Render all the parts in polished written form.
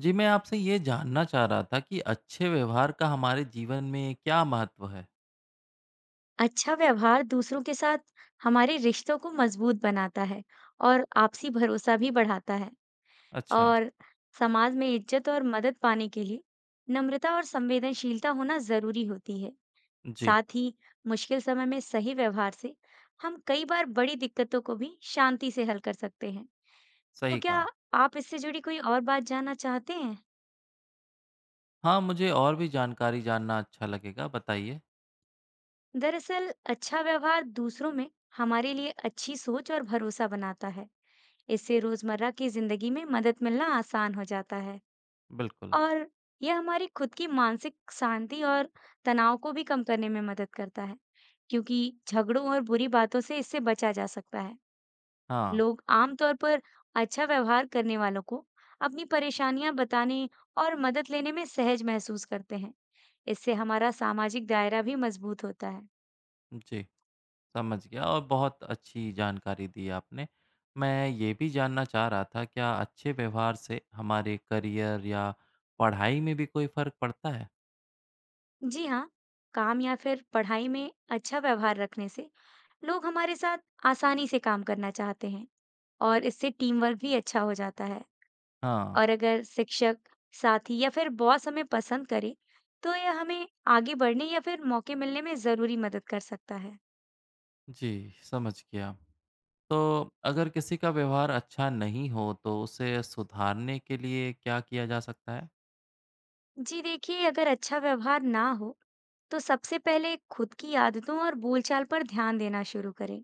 जी, मैं आपसे ये जानना चाह रहा था कि अच्छे व्यवहार का हमारे जीवन में क्या महत्व है? अच्छा व्यवहार दूसरों के साथ हमारे रिश्तों को मजबूत बनाता है और आपसी भरोसा भी बढ़ाता है। अच्छा, और समाज में इज्जत और मदद पाने के लिए नम्रता और संवेदनशीलता होना जरूरी होती है। जी, साथ ही मुश्किल समय में सही व्यवहार से हम कई बार बड़ी दिक्कतों को भी शांति से हल कर सकते हैं। तो सही क्या कहा। आप इससे जुड़ी कोई और बात जानना चाहते हैं? हाँ, मुझे और भी जानकारी जानना अच्छा लगेगा, बताइए। दरअसल अच्छा व्यवहार दूसरों में हमारे लिए अच्छी सोच और भरोसा बनाता है। इससे रोजमर्रा की जिंदगी में मदद मिलना आसान हो जाता है। बिल्कुल, और यह हमारी खुद की मानसिक शांति और तनाव को भी कम करने में मदद करता है, क्योंकि झगड़ों और बुरी बातों से इससे बचा जा सकता है। हाँ, लोग आमतौर पर अच्छा व्यवहार करने वालों को अपनी परेशानियां बताने और मदद लेने में सहज महसूस करते हैं। इससे हमारा सामाजिक दायरा भी मजबूत होता है। जी, समझ गया और बहुत अच्छी जानकारी दी आपने। मैं ये भी जानना चाह रहा था, क्या अच्छे व्यवहार से हमारे करियर या पढ़ाई में भी कोई फ़र्क पड़ता है? जी हाँ, काम या फिर पढ़ाई में अच्छा व्यवहार रखने से लोग हमारे साथ आसानी से काम करना चाहते हैं और इससे टीम वर्क भी अच्छा हो जाता है। हाँ, और अगर शिक्षक, साथी या फिर बॉस हमें पसंद करे, तो यह हमें आगे बढ़ने या फिर मौके मिलने में जरूरी मदद कर सकता है। जी, समझ गया। तो अगर किसी का व्यवहार अच्छा नहीं हो तो उसे सुधारने के लिए क्या किया जा सकता है? जी देखिए, अगर अच्छा व्यवहार ना हो, तो सबसे पहले खुद की आदतों और बोलचाल पर ध्यान देना शुरू करें।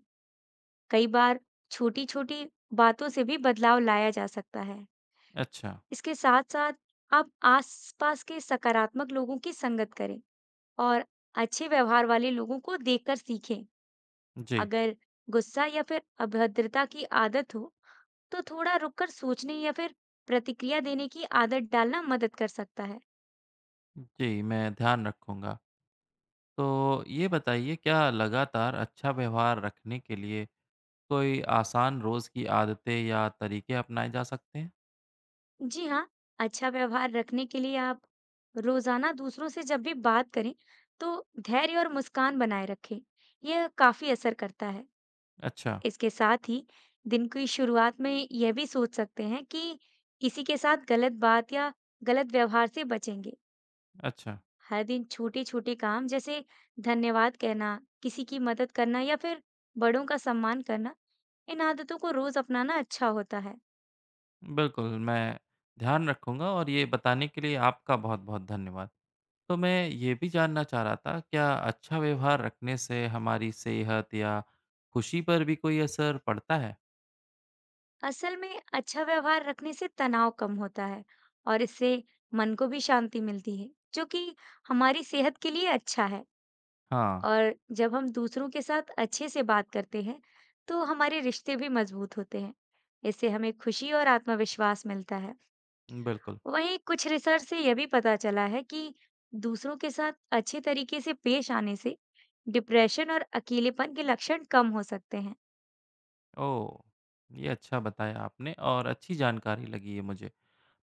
कई बार छोटी-छोटी बातों से भी बदलाव लाया जा सकता है। अच्छा, इसके साथ-साथ आप आसपास के सकारात्मक लोगों की संगत करें और अच्छे व्यवहार वाले लोगों को देखकर सीखें। जी, अगर गुस्सा या फिर अभद्रता की आदत हो, तो थोड़ा रुककर सोचने या फिर प्रतिक्रिया देने की आदत डालना मदद कर सकता है। जी, मैं ध्यान रखूँगा। तो ये बताइए क्या लगातार अच्छा व्यवहार रखने के लिए कोई आसान रोज़ की आदतें या तरीके अपनाए जा सकते हैं? जी हाँ, अच्छा व्यवहार रखने के लिए आप रोजाना दूसरों से जब भी बात करें, तो धैर्य और मुस्कान बनाए रखें। यह काफी असर करता है। अच्छा, इसके साथ ही दिन की शुरुआत में यह भी सोच सकते हैं कि किसी के साथ गलत बात या गलत व्यवहार से बचेंगे। अच्छा, हर दिन छोटे छोटे काम जैसे धन्यवाद कहना, किसी की मदद करना या फिर बड़ों का सम्मान करना, इन आदतों को रोज अपनाना अच्छा होता है। बिल्कुल मैं ध्यान रखूँगा और ये बताने के लिए आपका बहुत-बहुत धन्यवाद। तो मैं ये भी जानना चाह रहा था, क्या अच्छा व्यवहार रखने से हमारी सेहत या खुशी पर भी कोई असर पड़ता है? असल में अच्छा व्यवहार रखने से तनाव कम होता है और इससे मन को भी शांति मिलती है, जो कि हमारी सेहत के लिए अच्छा है। हाँ, और जब हम दूसरों के साथ अच्छे से बात करते हैं, तो हमारे रिश्ते भी मजबूत होते हैं। इससे हमें खुशी और आत्मविश्वास मिलता है। बिल्कुल। वहीं कुछ रिसर्च से यह भी पता चला है कि दूसरों के साथ अच्छे तरीके से पेश आने से डिप्रेशन और अकेलेपन के लक्षण कम हो सकते हैं। ओह! ये अच्छा बताया आपने और अच्छी जानकारी लगी ये मुझे।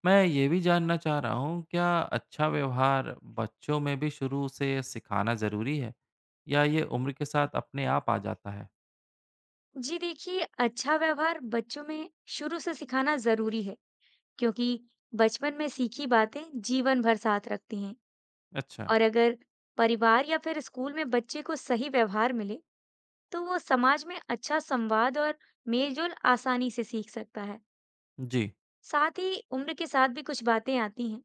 मैं ये भी जानना चाह रहा हूँ, क्या अच्छा व्यवहार बच्चों में भी शुरू से सिखाना ज़रूरी है, या ये उम्र के साथ अपने आप आ जाता है? जी देखिए, अच्छा व्यवहार बच्चों में शुरू से सिखाना जरूरी है, क्योंकि बचपन में सीखी बातें जीवन भर साथ रखती हैं। अच्छा, और अगर परिवार या फिर स्कूल में बच्चे को सही व्यवहार मिले, तो वो समाज में अच्छा संवाद और मेलजोल आसानी से सीख सकता है। जी, साथ ही उम्र के साथ भी कुछ बातें आती हैं,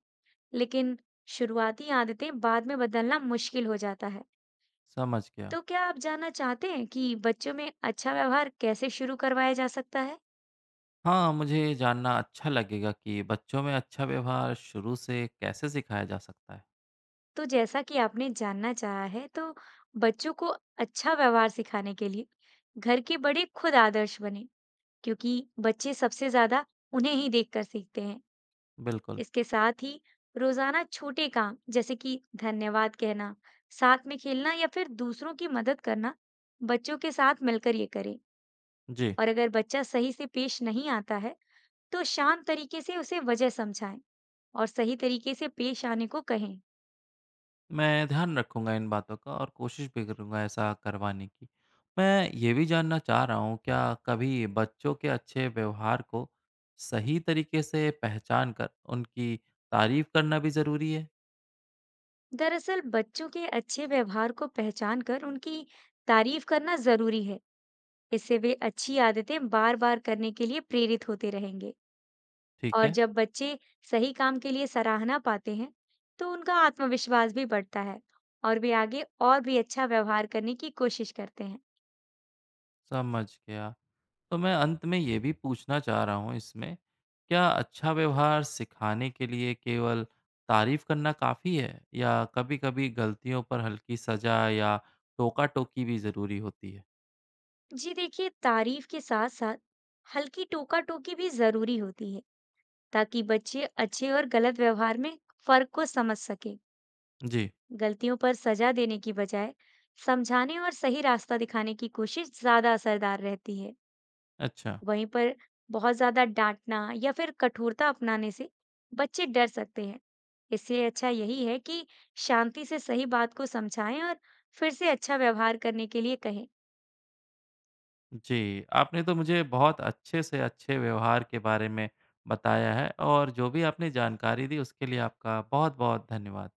लेकिन शुरुआती आदतें बाद में बदलना मुश्किल हो जाता है। समझ गया। तो क्या आप जानना चाहते हैं कि बच्चों में अच्छा व्यवहार कैसे शुरू करवाया जा सकता है? हाँ, मुझे जानना अच्छा लगेगा कि बच्चों में अच्छा व्यवहार शुरू से कैसे सिखाया जा सकता है। तो जैसा कि आपने जानना चाहा है, तो बच्चों को अच्छा व्यवहार सिखाने के लिए घर के बड़े खुद आदर्श बने क्योंकि बच्चे सबसे ज्यादा उन्हें ही देखकर सीखते हैं। बिल्कुल, इसके साथ ही रोजाना छोटे काम जैसे कि धन्यवाद कहना, साथ में खेलना या फिर दूसरों की मदद करना, बच्चों के साथ मिलकर ये करें। जी। और अगर बच्चा सही से पेश नहीं आता है, तो शांत तरीके से उसे वजह समझाएं और सही तरीके से पेश आने को कहें। मैं ध्यान रखूँगा इन बातों का और कोशिश भी करूँगा ऐसा करवाने की। मैं ये भी जानना चाह रहा हूँ, क्या कभी बच्चों के अच्छे व्यवहार को सही तरीके से पहचान कर उनकी तारीफ़ करना भी ज़रूरी है? दरअसल बच्चों के अच्छे व्यवहार को पहचान कर उनकी तारीफ करना जरूरी है। इससे वे अच्छी आदतें बार बार करने के लिए प्रेरित होते रहेंगे। ठीक और है, जब बच्चे सही काम के लिए सराहना पाते हैं, तो उनका आत्मविश्वास भी बढ़ता है और वे आगे और भी अच्छा व्यवहार करने की कोशिश करते हैं। समझ गया। तो मैं अंत में ये भी पूछना चाह रहा हूँ इसमें, क्या अच्छा व्यवहार सिखाने के लिए केवल तारीफ करना काफ़ी है या कभी-कभी गलतियों पर हल्की सज़ा या टोका-टोकी भी ज़रूरी होती है? जी देखिए, तारीफ के साथ-साथ हल्की टोका-टोकी भी जरूरी होती है, ताकि बच्चे अच्छे और गलत व्यवहार में फर्क को समझ सकें। जी, गलतियों पर सजा देने की बजाय समझाने और सही रास्ता दिखाने की कोशिश ज्यादा असरदार रहती है। अच्छा। वहीं पर बहुत ज्यादा डांटना या फिर कठोरता अपनाने से बच्चे डर सकते हैं। इससे अच्छा यही है कि शांति से सही बात को समझाएं और फिर से अच्छा व्यवहार करने के लिए कहें। जी, आपने तो मुझे बहुत अच्छे से अच्छे व्यवहार के बारे में बताया है और जो भी आपने जानकारी दी उसके लिए आपका बहुत-बहुत धन्यवाद।